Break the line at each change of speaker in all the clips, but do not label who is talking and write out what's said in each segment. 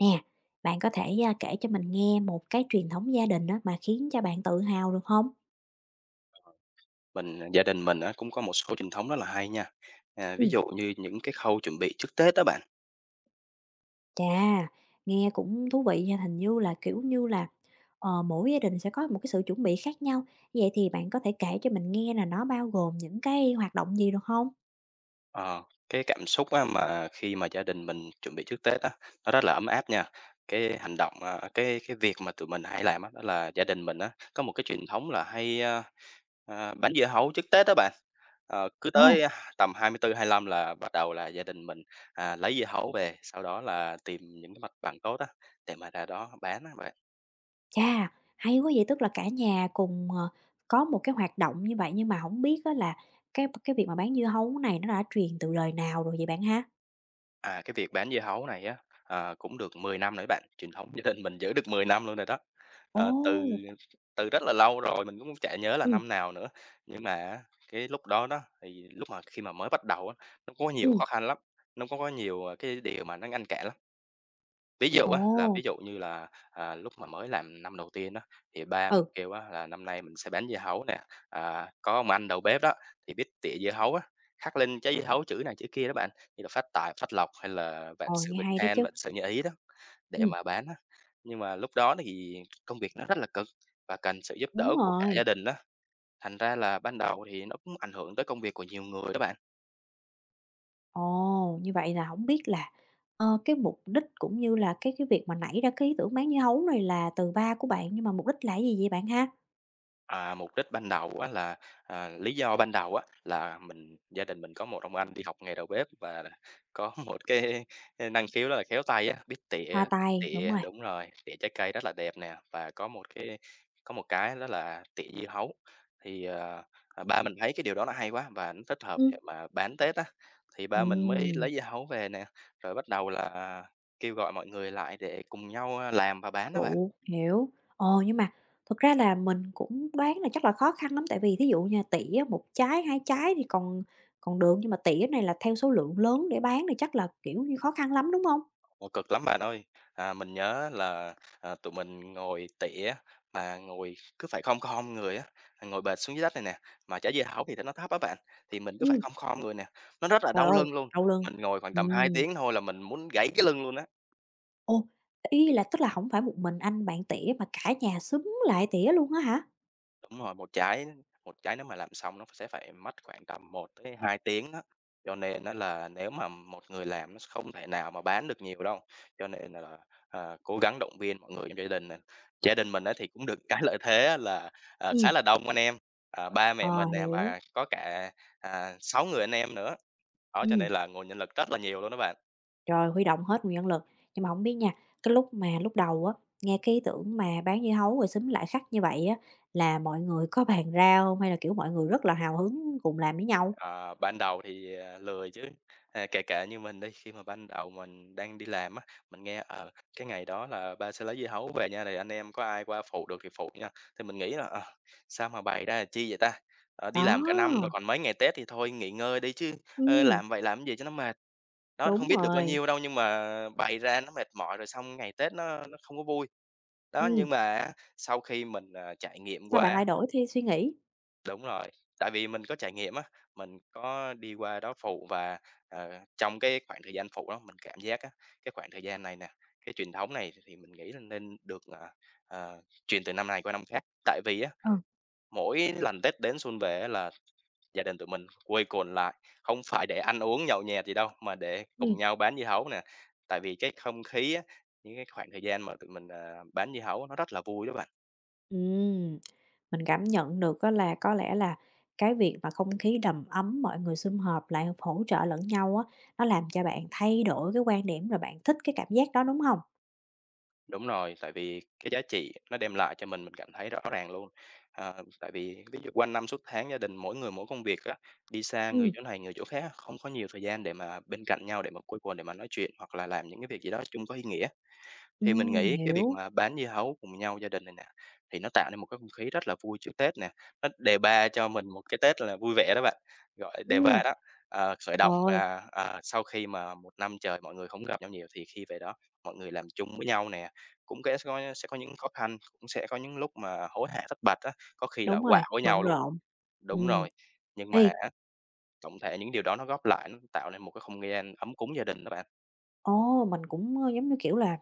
Nè, bạn có thể kể cho mình nghe một cái truyền thống gia đình á mà khiến cho bạn tự hào được không?
Mình gia đình mình á, cũng có một số truyền thống rất là hay nha.
Ừ,
Ví dụ như những cái khâu chuẩn bị trước Tết đó bạn,
chà, nghe cũng thú vị nha, hình như là, kiểu như là mỗi gia đình sẽ có một cái sự chuẩn bị khác nhau, vậy thì bạn có thể kể cho mình nghe là nó bao gồm những cái hoạt động gì được không?
ờ, cái cảm xúc á, mà khi mà gia đình mình chuẩn bị trước Tết á, nó rất là ấm áp nha. Cái hành động, cái việc mà tụi mình hay làm á, đó là gia đình mình á, có một cái truyền thống là hay, bắn dưa hấu trước Tết đó bạn. Ờ, cứ
Ồ,
tới tầm 24, lăm là bắt đầu là gia đình mình, lấy dưa hấu về, sau đó là tìm những cái mặt bằng tốt á, để mà ra đó bán á bạn.
chà, hay quá vậy, tức là cả nhà cùng có một cái hoạt động như vậy nhưng mà không biết á là cái việc mà bán dưa hấu này nó đã truyền từ đời nào rồi vậy bạn ha?
À, cái việc bán dưa hấu này á, ờ, cũng được 10 năm rồi bạn, truyền thống gia đình mình giữ được 10 năm luôn rồi đó.
Ồ,
Ờ, từ từ rất là lâu rồi, mình cũng chả nhớ là
ừm,
năm nào nữa, nhưng mà á, cái lúc đó đó, thì lúc mà khi mà mới bắt đầu á, nó có nhiều
ừm,
khó khăn lắm, nó có nhiều, cái điều mà nó ngăn cản lắm. Ví dụ á, là
ồ,
ví dụ như là, lúc mà mới làm năm đầu tiên đó thì ba mình
ừ.
kêu á là "Năm nay mình sẽ bán dưa hấu nè, à, có ông anh đầu bếp đó thì biết tỉa dưa hấu á, khắc lên trái dưa hấu chữ này chữ kia" đó bạn, như là "Phát tài, Phát lộc" hay là "Vạn
Ờ,
sự
nghe
bình
hay đó
an,
chứ.
vạn sự như ý" đó, để
Ừm,
mà bán á. Nhưng mà lúc đó thì công việc nó rất là cực và cần sự giúp
đúng
đỡ của cả gia
rồi.
đình đó, thành ra là ban đầu thì nó cũng ảnh hưởng tới công việc của nhiều người đó bạn.
Ồ, như vậy là không biết là cái mục đích cũng như là cái việc mà nảy ra cái ý tưởng bán dưa hấu này là từ ba của bạn, nhưng mà mục đích là cái gì vậy bạn ha?
À, mục đích ban đầu á là lý do ban đầu á là gia đình mình có một ông anh đi học nghề đầu bếp và có một cái năng khiếu đó là khéo tay á, biết
Hòa
tỉa
tài, đúng
tỉa
rồi.
đúng rồi, tỉa trái cây rất là đẹp nè và có một cái đó là tỉa dưa hấu. Thì, ba mình thấy cái điều đó là hay quá và nó thích hợp để
Ừm,
mà bán Tết á, thì ba mình mới
ừm,
lấy dưa hấu về nè, rồi bắt đầu là kêu gọi mọi người lại để cùng nhau, làm và bán đó bạn.
đủ, hiểu. Ồ, nhưng mà thực ra là mình cũng đoán là chắc là khó khăn lắm, tại vì thí dụ nha, tỉa một trái, 2 trái thì còn còn được, nhưng mà tỉa này là theo số lượng lớn để bán thì chắc là, kiểu như, khó khăn lắm, đúng không?
Ồ, cực lắm bạn ơi. À, mình nhớ là, tụi mình ngồi tỉa mà ngồi cứ phải khom khom người á, ngồi bệt xuống dưới đất này nè, mà trả dưa hấu thì nó thấp á bạn, thì mình cứ phải
Ừm,
khom khom người nè, nó rất là
trời
đau
ơi,
lưng luôn.
đau lưng.
Mình ngồi khoảng tầm 2
Ừm.
tiếng thôi là mình muốn gãy cái lưng luôn á.
Ồ, ý là tức là hổng phải một mình anh bạn tỉa mà cả nhà xúm lại tỉa luôn á hả?
Đúng rồi, một trái nếu mà làm xong nó sẽ phải mất khoảng tầm 1 tới 2 tiếng đó, cho nên nó là nếu mà một người làm nó không thể nào mà bán được nhiều đâu. Cho nên là, ờ, cố gắng động viên mọi người trong gia đình này. Gia đình mình á thì cũng được cái lợi thế á là, ờ,
Ừm.
khá là đông anh em, ờ, ba mẹ
Ờ,
mình nè
hiểu,
và có cả, 6 người anh em nữa, đó, cho
ừm,
nên là nguồn nhân lực rất là nhiều luôn đó bạn.
rồi huy động hết nguồn nhân lực. Nhưng mà hổng biết nha, cái lúc mà lúc đầu á, nghe cái ý tưởng mà bán dưa hấu rồi xúm lại khắc như vậy á, là mọi người có bàn ra hông? Hay là, kiểu, mọi người rất là hào hứng cùng làm với nhau?
Ờ, ban đầu thì, lười chứ, kể cả như mình đi, khi mà ban đầu mình đang đi làm á, mình nghe, ở cái ngày đó là ba sẽ lấy dưa hấu về nha, rồi anh em có ai qua phụ được thì phụ nha. Thì mình nghĩ là, ờ, sao mà bày ra là chi vậy ta? Ờ, đi làm cả năm rồi
Đó,
còn mấy ngày Tết thì thôi nghỉ ngơi đi chứ,
ừm,
làm vậy làm gì cho nó mệt. Đó, không
đúng
biết được bao
rồi,
nhiêu đâu nhưng mà bày ra nó mệt mỏi rồi xong ngày Tết nó không có vui. Đó,
ừm,
nhưng mà á, sau khi mình, trải nghiệm
sao
qua
bạn
á,
lại đổi thi suy nghĩ?
đúng rồi, tại vì mình có trải nghiệm á, mình có đi qua đó phụ và, ờ, trong cái khoảng thời gian phụ đó mình cảm giác á, cái khoảng thời gian này nè, cái truyền thống này thì mình nghĩ là nên được, truyền từ năm này qua năm khác. Tại vì á,
Ừ.
mỗi lần Tết đến xuân về á là gia đình tụi mình quây quần lại, không phải để ăn uống nhậu nhẹt gì đâu, mà để cùng
Ừm,
nhau bán dưa hấu nè. Tại vì cái không khí á, những cái khoảng thời gian mà tụi mình, bán dưa hấu nó rất là vui đó bạn.
ừm. Mình cảm nhận được á là có lẽ là cái việc mà không khí đầm ấm, mọi người sum họp lại hỗ trợ lẫn nhau á, nó làm cho bạn thay đổi cái quan điểm rồi bạn thích cái cảm giác đó, đúng không?
Đúng rồi, tại vì cái giá trị nó đem lại cho mình cảm thấy rõ ràng luôn. Ờ, tại vì ví dụ quanh năm suốt tháng gia đình mỗi người mỗi công việc á, đi xa người
Ừm,
chỗ này người chỗ khác, không có nhiều thời gian để mà bên cạnh nhau để mà quây quần để mà nói chuyện hoặc là làm những cái việc gì đó chung có ý nghĩa. Thì mình nghĩ cái việc
hiểu,
mà bán dưa hấu cùng nhau gia đình này nè, thì nó tạo nên một cái không khí rất là vui trước Tết nè, nó đề ba cho mình một cái Tết là vui vẻ đó bạn. Gọi đề ba
ừm,
đó, ờ, khởi
trời
động
ơi,
là, sau khi mà một năm trời mọi người không gặp nhau nhiều thì khi về đó mọi người làm chung với nhau nè, cũng cái sẽ có những khó khăn, cũng sẽ có những lúc mà hối hả thất bạch á, có khi là
đúng rồi,
quạu với nhau
bận
luôn.
rộn.
Đúng
Ừm.
rồi, nhưng mà
Ê,
á, tổng thể những điều đó nó góp lại nó tạo nên một cái không gian ấm cúng gia đình đó bạn.
ồ, mình cũng giống như, kiểu là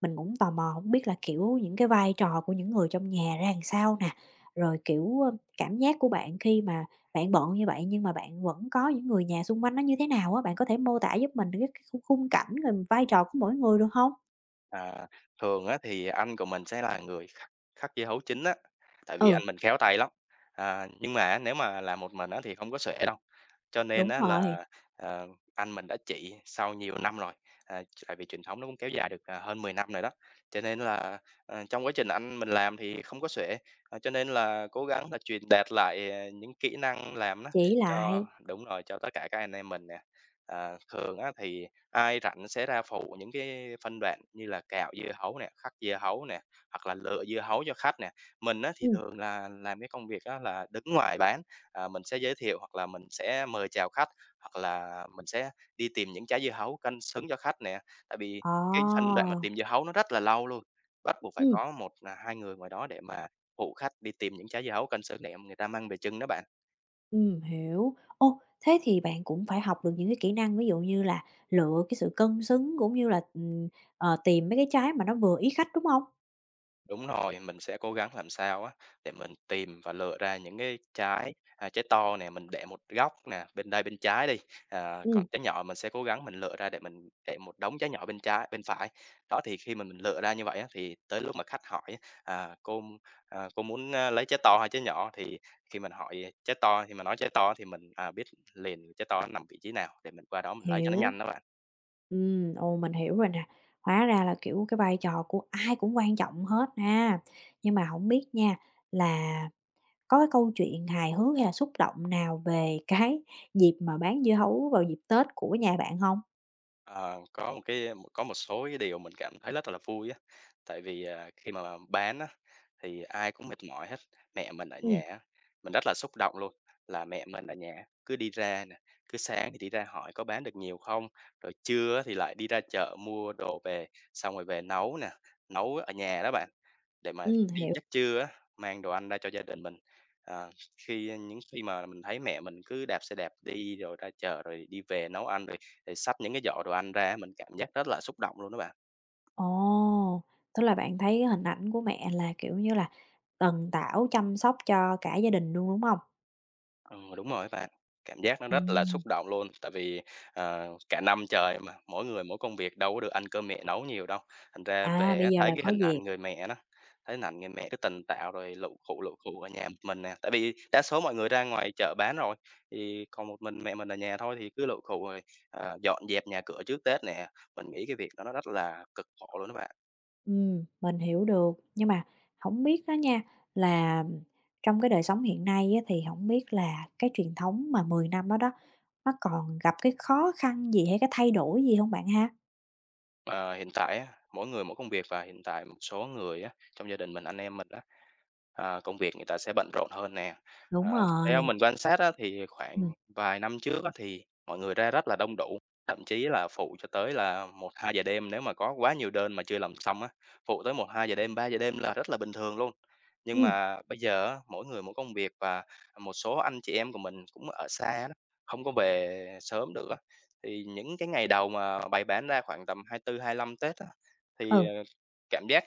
Mình cũng tò mò không biết là, kiểu, những cái vai trò của những người trong nhà ra làm sao nè, rồi, kiểu cảm giác của bạn khi mà bạn bận như vậy nhưng mà bạn vẫn có những người nhà xung quanh nó như thế nào á? Bạn có thể mô tả giúp mình cái khung khung cảnh rồi vai trò của mỗi người được không?
À, thường á thì anh của mình sẽ là người khắc khắc dưa hấu chính á, tại vì anh
Ừ,
mình khéo tay lắm. À, nhưng mà nếu mà làm một mình á thì không có xuể đâu, cho nên
đúng
á
rồi,
là, ờ, anh mình đã chỉ sau nhiều năm rồi, tại vì truyền thống nó cũng kéo dài được, hơn 10 năm rồi đó. Cho nên là, ờ, trong quá trình anh mình làm thì không có xuể, cho nên là cố gắng là truyền đạt lại, ờ, những kỹ năng làm đó
chỉ
cho
lại.
đúng rồi, cho tất cả các anh em mình nè. À, thường á thì ai rảnh sẽ ra phụ những cái phân đoạn như là cạo dưa hấu nè, khắc dưa hấu nè, hoặc là lựa dưa hấu cho khách nè. Mình á, thì
Ừ.
thường là làm cái công việc á, là đứng ngoài bán, mình sẽ giới thiệu hoặc là mình sẽ mời chào khách, hoặc là mình sẽ đi tìm những trái dưa hấu canh xứng cho khách nè. Tại vì cái phân
Ồ.
đoạn mà tìm dưa hấu nó rất là lâu luôn, bắt buộc phải
Ừ.
có một 2 người ngoài đó để mà phụ khách đi tìm những trái dưa hấu canh xứng để người ta mang về chưng đó bạn.
Ừ. Hiểu. Ô, thế thì bạn cũng phải học được những cái kỹ năng ví dụ như là lựa cái sự cân xứng cũng như là tìm mấy cái trái mà nó vừa ý khách, đúng không?
Đúng rồi, mình sẽ cố gắng làm sao á để mình tìm và lựa ra những cái trái, trái to nè, mình để một góc nè, bên đây bên trái đi, còn
Ừ.
trái nhỏ mình sẽ cố gắng mình lựa ra để mình để một đống trái nhỏ bên trái bên phải. Đó, thì khi mà mình lựa ra như vậy á, thì tới lúc mà khách hỏi "Cô, cô muốn, lấy trái to hay trái nhỏ?" Thì khi mình hỏi trái to thì mà nói trái to thì mình, biết liền trái to nó nằm vị trí nào để mình qua đó mình lấy cho nó
Hiểu.
nhanh đó bạn.
Ừ, ồ, mình hiểu rồi nè. Hóa ra là, kiểu, cái vai trò của ai cũng quan trọng hết ha. Nhưng mà không biết nha, là có cái câu chuyện hài hước hay là xúc động nào về cái dịp mà bán dưa hấu vào dịp Tết của nhà bạn không?
Ờ, có một số cái điều mình cảm thấy rất là vui á, tại vì, khi mà bán á, thì ai cũng mệt mỏi hết. Mẹ mình ở nhà
Ừm,
á, mình rất là xúc động luôn, là mẹ mình ở nhà cứ đi ra nè, cứ sáng thì đi ra hỏi có bán được nhiều không, rồi trưa á thì lại đi ra chợ mua đồ về, xong rồi về nấu nè, nấu ở nhà đó bạn. Để mà khi
hiểu.
giấc trưa á, mang đồ ăn ra cho gia đình mình. Ờ, những khi mà mình thấy mẹ mình cứ đạp xe đạp đi rồi ra chợ rồi đi về nấu ăn, rồi rồi xách những cái giỏ đồ ăn ra mình cảm giác rất là xúc động luôn đó bạn.
Ồ, tức là bạn thấy cái hình ảnh của mẹ là, kiểu như là, tần tảo chăm sóc cho cả gia đình luôn, đúng không?
Ờ, đúng rồi á bạn, cảm giác nó rất là xúc
Ừm,
động luôn, tại vì, cả năm trời mà, mỗi người mỗi công việc đâu có được ăn cơm mẹ nấu nhiều đâu. Thành ra
à,
về á,
bây giờ
thấy
là
cái
có
hình
dịp.
ảnh người mẹ đó, thấy hình ảnh người mẹ cứ tình tạo rồi lụ khụ ở nhà một mình nè, tại vì đa số mọi người ra ngoài chợ bán rồi, thì còn một mình mẹ mình ở nhà thôi thì cứ lụ khụ rồi, dọn dẹp nhà cửa trước Tết nè. Mình nghĩ cái việc đó nó rất là cực khổ luôn đó bạn.
Mình hiểu được, nhưng mà không biết đó nha, là trong cái đời sống hiện nay á, thì không biết là cái truyền thống mà 10 năm đó đó, nó còn gặp cái khó khăn gì hay cái thay đổi gì không bạn ha?
Ờ, hiện tại á, mỗi người mỗi công việc và hiện tại một số người á, trong gia đình mình, anh em mình á, công việc người ta sẽ bận rộn hơn nè.
Đúng
Theo
rồi,
mình quan sát á, thì khoảng
ừm,
vài năm trước á, thì mọi người ra rất là đông đủ, thậm chí là phụ cho tới là một hai giờ đêm nếu mà có quá nhiều đơn mà chưa làm xong á, phụ tới một hai giờ đêm, ba giờ đêm là rất là bình thường luôn. Nhưng
ừm,
mà bây giờ á, mỗi người mỗi công việc và một số anh chị em của mình cũng ở xa đó, không có về sớm được. Thì những cái ngày đầu mà bày bán ra khoảng tầm 24 hai 25 Tết á, thì,
ừ,
cảm giác,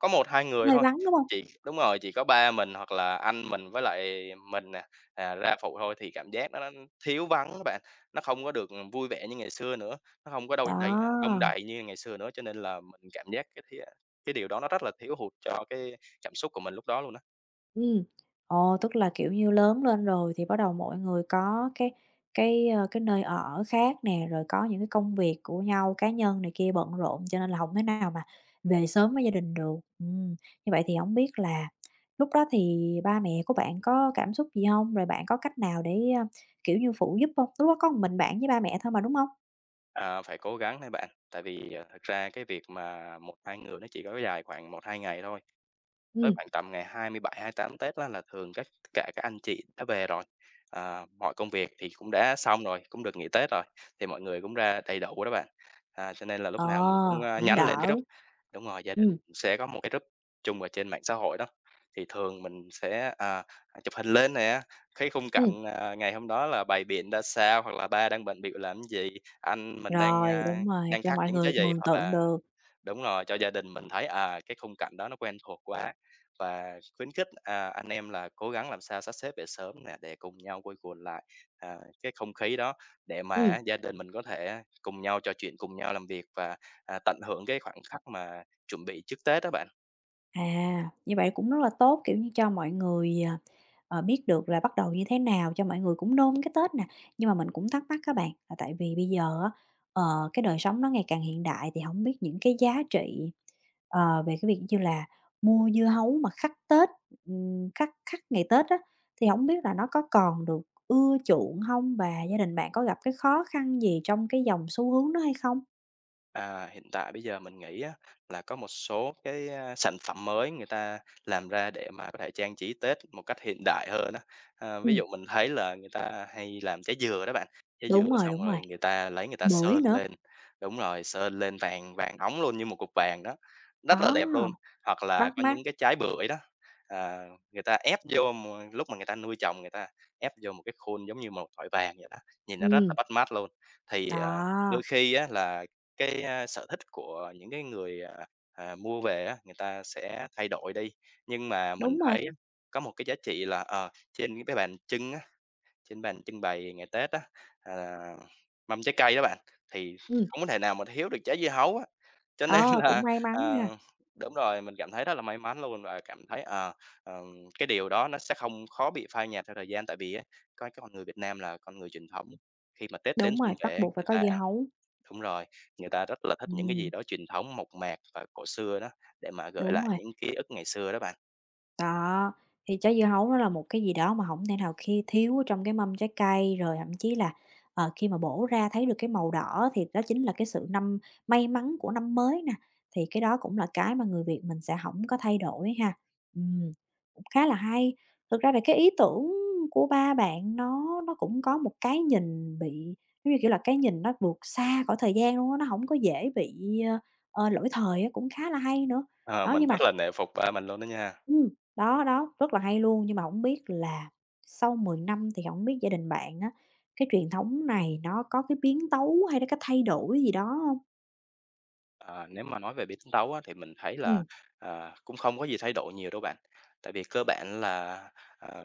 có một 2 người
hơi
thôi,
vắng, đúng không?
chỉ đúng rồi, chỉ có ba mình hoặc là anh mình với lại mình nè, ra phụ thôi thì cảm giác nó thiếu vắng các bạn. Nó không có được vui vẻ như ngày xưa nữa, nó không có đông đẩy đông đong
Đó.
đầy như ngày xưa nữa, cho nên là mình cảm giác cái thía cái điều đó nó rất là thiếu hụt cho cái cảm xúc của mình lúc đó luôn á.
Ừ, ồ, tức là, kiểu như, lớn lên rồi thì bắt đầu mỗi người có cái nơi ở khác nè, rồi có những cái công việc của nhau, cá nhân này kia bận rộn cho nên là không thể nào mà về sớm với gia đình được. Như vậy thì không biết là lúc đó thì ba mẹ của bạn có cảm xúc gì không? Rồi bạn có cách nào để kiểu như, phụ giúp không? Lúc đó có một mình bạn với ba mẹ thôi mà, đúng không?
Phải cố gắng thôi bạn, tại vì, thực ra cái việc mà một 2 người nó chỉ có dài khoảng một 2 ngày thôi. Tới
Ừ,
khoảng tầm ngày 27, 28 Tết á là thường cả các anh chị đã về rồi, mọi công việc thì cũng đã xong rồi, cũng được nghỉ Tết rồi, thì mọi người cũng ra đầy đủ đó bạn. Cho nên là lúc
ờ,
nào mình cũng,
cũng
nhắn lên cái
đỡ.
group đúng rồi, gia đình
Ừ,
sẽ có một cái group chung ở trên mạng xã hội đó, thì thường mình sẽ, chụp hình lên nè, cái khung
ừ,
cảnh, ngày hôm đó là bày biện ra sao, hoặc là ba đang bận bịu làm gì, anh mình đang,
rồi,
a,
đúng rồi,
đang
cho
khắc
mọi
những cái
người
gì.
mường
Hoặc
tượng
là
được.
Đúng rồi, cho gia đình mình thấy, cái khung cảnh đó nó quen thuộc quá và khuyến khích, anh em là cố gắng làm sao sắp xếp về sớm nè, để cùng nhau quây quần lại, à, cái không khí đó để
Ừm.
mà gia đình mình có thể cùng nhau trò chuyện, cùng nhau làm việc và, tận hưởng cái khoảng khắc mà chuẩn bị trước Tết đó bạn.
À, như vậy cũng rất là tốt, kiểu như, cho mọi người biết được là bắt đầu như thế nào, cho mọi người cũng nôn cái Tết nè. Nhưng mà mình cũng thắc mắc các bạn, là tại vì bây giờ á, ờ, cái đời sống nó ngày càng hiện đại thì không biết những cái giá trị về cái việc như là mua dưa hấu mà khắc Tết khắc khắc ngày Tết á, thì không biết là nó có còn được ưa chuộng không? Và gia đình bạn có gặp cái khó khăn gì trong cái dòng xu hướng đó hay không?
Hiện tại bây giờ mình nghĩ á, là có một số cái, sản phẩm mới người ta làm ra để mà có thể trang trí Tết một cách hiện đại hơn á. Ví
Ừm,
dụ mình thấy là người ta hay làm trái dừa đó bạn, trái dừa xong
đúng rồi,
rồi người ta lấy người ta
bưởi
sơn
nữa,
lên đúng rồi, sơn lên vàng vàng óng luôn như một cục vàng đó, rất là
đó,
đẹp luôn. Hoặc là
bắt
có những
mắt,
cái trái bưởi đó, à, người ta ép vô mà lúc mà người ta nuôi trồng, người ta ép vô một cái khuôn giống như một thỏi vàng vậy đó, nhìn nó rất là
ừ.
bắt mắt luôn. Thì, đôi
Đó,
khi á là cái, sở thích của những cái người, mua về á, người ta sẽ thay đổi đi. Nhưng mà mình
đúng rồi,
thấy á, có một cái giá trị là, trên cái bàn trưng á, trên bàn trưng bày ngày Tết á, à, mâm trái cây đó bạn, thì
ừ,
không có thể nào mà thiếu được trái dưa hấu á. Cho nên
ờ,
là,
cũng may mắn
à
ha,
đúng rồi, mình cảm thấy rất là may mắn luôn và cảm thấy, cái điều đó nó sẽ không khó bị phai nhạt theo thời gian. Tại vì á, coi cái con người Việt Nam là con người truyền thống, khi mà Tết đến
đúng
xuân
rồi, bắt
về
buộc phải
người
có
ta.
dưa hấu,
Đúng rồi, người ta rất là thích những cái gì
ừm,
đó truyền thống, mộc mạc và cổ xưa đó, để mà gợi
đúng
lại
rồi.
những ký ức ngày xưa đó bạn.
Đó, thì trái dưa hấu nó là một cái gì đó mà hổng thể nào khi thiếu ở trong cái mâm trái cây, rồi thậm chí là khi mà bổ ra thấy được cái màu đỏ thì đó chính là cái sự năm may mắn của năm mới nè, thì cái đó cũng là cái mà người Việt mình sẽ hổng có thay đổi ha. Ừm, cũng khá là hay. Thực ra là cái ý tưởng của ba bạn nó cũng có một cái nhìn bị giống như, kiểu là, cái nhìn nó vượt xa khỏi thời gian luôn á, nó hổng có dễ bị lỗi thời á, cũng khá là hay nữa.
Ờ,
Đó,
mình
nhưng
rất
mà
là nể phục ba mình luôn đó nha.
Ừm, đó, đó, rất là hay luôn. Nhưng mà hổng biết là sau 10 năm thì hổng biết gia đình bạn á, cái truyền thống này nó có cái biến tấu hay là cái thay đổi gì đó hông?
Ờ, nếu mà nói về bể tính tấu á, thì mình thấy là,
Ừm,
cũng không có gì thay đổi nhiều đâu bạn. Tại vì cơ bản là, ờ,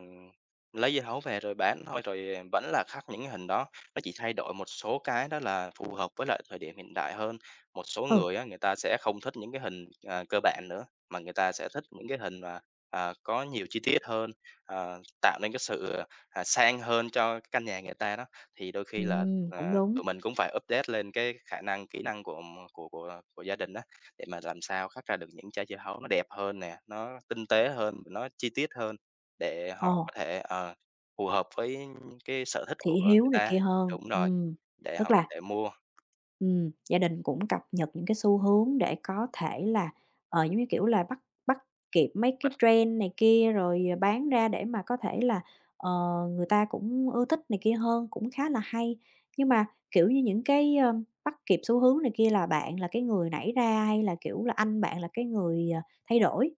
lấy dưa hấu về rồi bán thôi, rồi vẫn là khắc những cái hình đó. Nó chỉ thay đổi một số cái đó là phù hợp với lại thời điểm hiện đại hơn. Một số
ừ,
người á, người ta sẽ không thích những cái hình, cơ bản nữa, mà người ta sẽ thích những cái hình mà, có nhiều chi tiết hơn, tạo nên cái sự, sang hơn cho cái căn nhà người ta đó. Thì đôi khi là
cũng
và
đúng.
tụi mình cũng phải update lên cái khả năng, kỹ năng của gia đình đó để mà làm sao khắc ra được những trái dưa hấu nó đẹp hơn nè, nó tinh tế hơn, nó chi tiết hơn để
Ờ,
họ có thể, phù hợp với cái sở thích
thị
của người
hiếu này
ta.
kia hơn,
Đúng rồi, để
tức
họ có
là
thể mua.
Gia đình cũng cập nhật những cái xu hướng để có thể là giống như kiểu là, bắt bắt kịp mấy cái trend này kia, rồi bán ra để mà có thể là, ờ, người ta cũng ưa thích này kia hơn, cũng khá là hay. Nhưng mà, kiểu như, những cái bắt kịp xu hướng này kia là bạn là cái người nảy ra hay là, kiểu là, anh bạn là cái người thay đổi?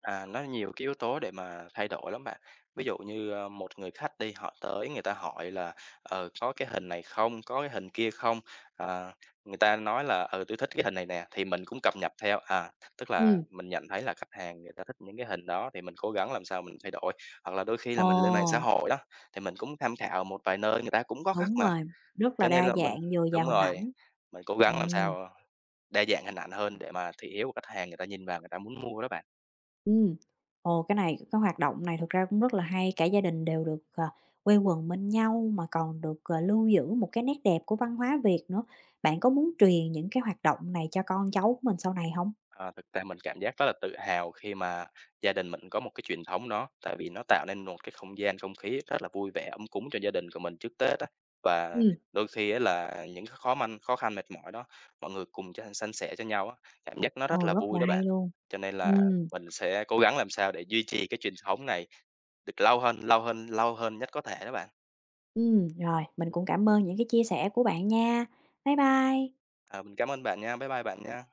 Nó nhiều cái yếu tố để mà thay đổi lắm bạn. Ví dụ như, một người khách đi, họ tới người ta hỏi là "Ờ, có cái hình này không? Có cái hình kia không?" Ờ, người ta nói là "Ừ, tôi thích cái hình này nè." Thì mình cũng cập nhật theo, tức là
Ừm,
mình nhận thấy là khách hàng người ta thích những cái hình đó thì mình cố gắng làm sao mình thay đổi. Hoặc là đôi khi là
ồ,
mình lên mạng xã hội đó, thì mình cũng tham khảo một vài nơi người ta cũng có khách
đúng
mà,
rồi, rất
cho
là
nên
đa
là mình
dạng, dồi
đúng
dào hình
rồi,
ảnh.
mình cố gắng làm
Ừm.
sao, đa dạng hình ảnh hơn để mà thị hiếu của khách hàng người ta nhìn vào người ta muốn mua đó bạn.
Ừ, ồ, cái hoạt động này thực ra cũng rất là hay, cả gia đình đều được quây quần bên nhau mà còn được lưu giữ một cái nét đẹp của văn hóa Việt nữa. Bạn có muốn truyền những cái hoạt động này cho con cháu của mình sau này không?
Thực ra mình cảm giác rất là tự hào khi mà gia đình mình có một cái truyền thống đó, tại vì nó tạo nên một cái không gian, không khí rất là vui vẻ, ấm cúng cho gia đình của mình trước Tết á. Và
Ừ,
đôi khi ấy là những cái khó khăn, mệt mỏi đó, mọi người cùng chia san sẻ cho nhau á, cảm giác nó rất
ồ,
là
rất
vui
là
đó
hay
bạn.
luôn.
Cho nên
Ừ,
là mình sẽ cố gắng làm sao để duy trì cái truyền thống này được lâu hơn, lâu hơn, lâu hơn nhất có thể đó bạn.
rồi, mình cũng cảm ơn những cái chia sẻ của bạn nha. Bye bye.
Mình cảm ơn bạn nha, bye bye bạn nha.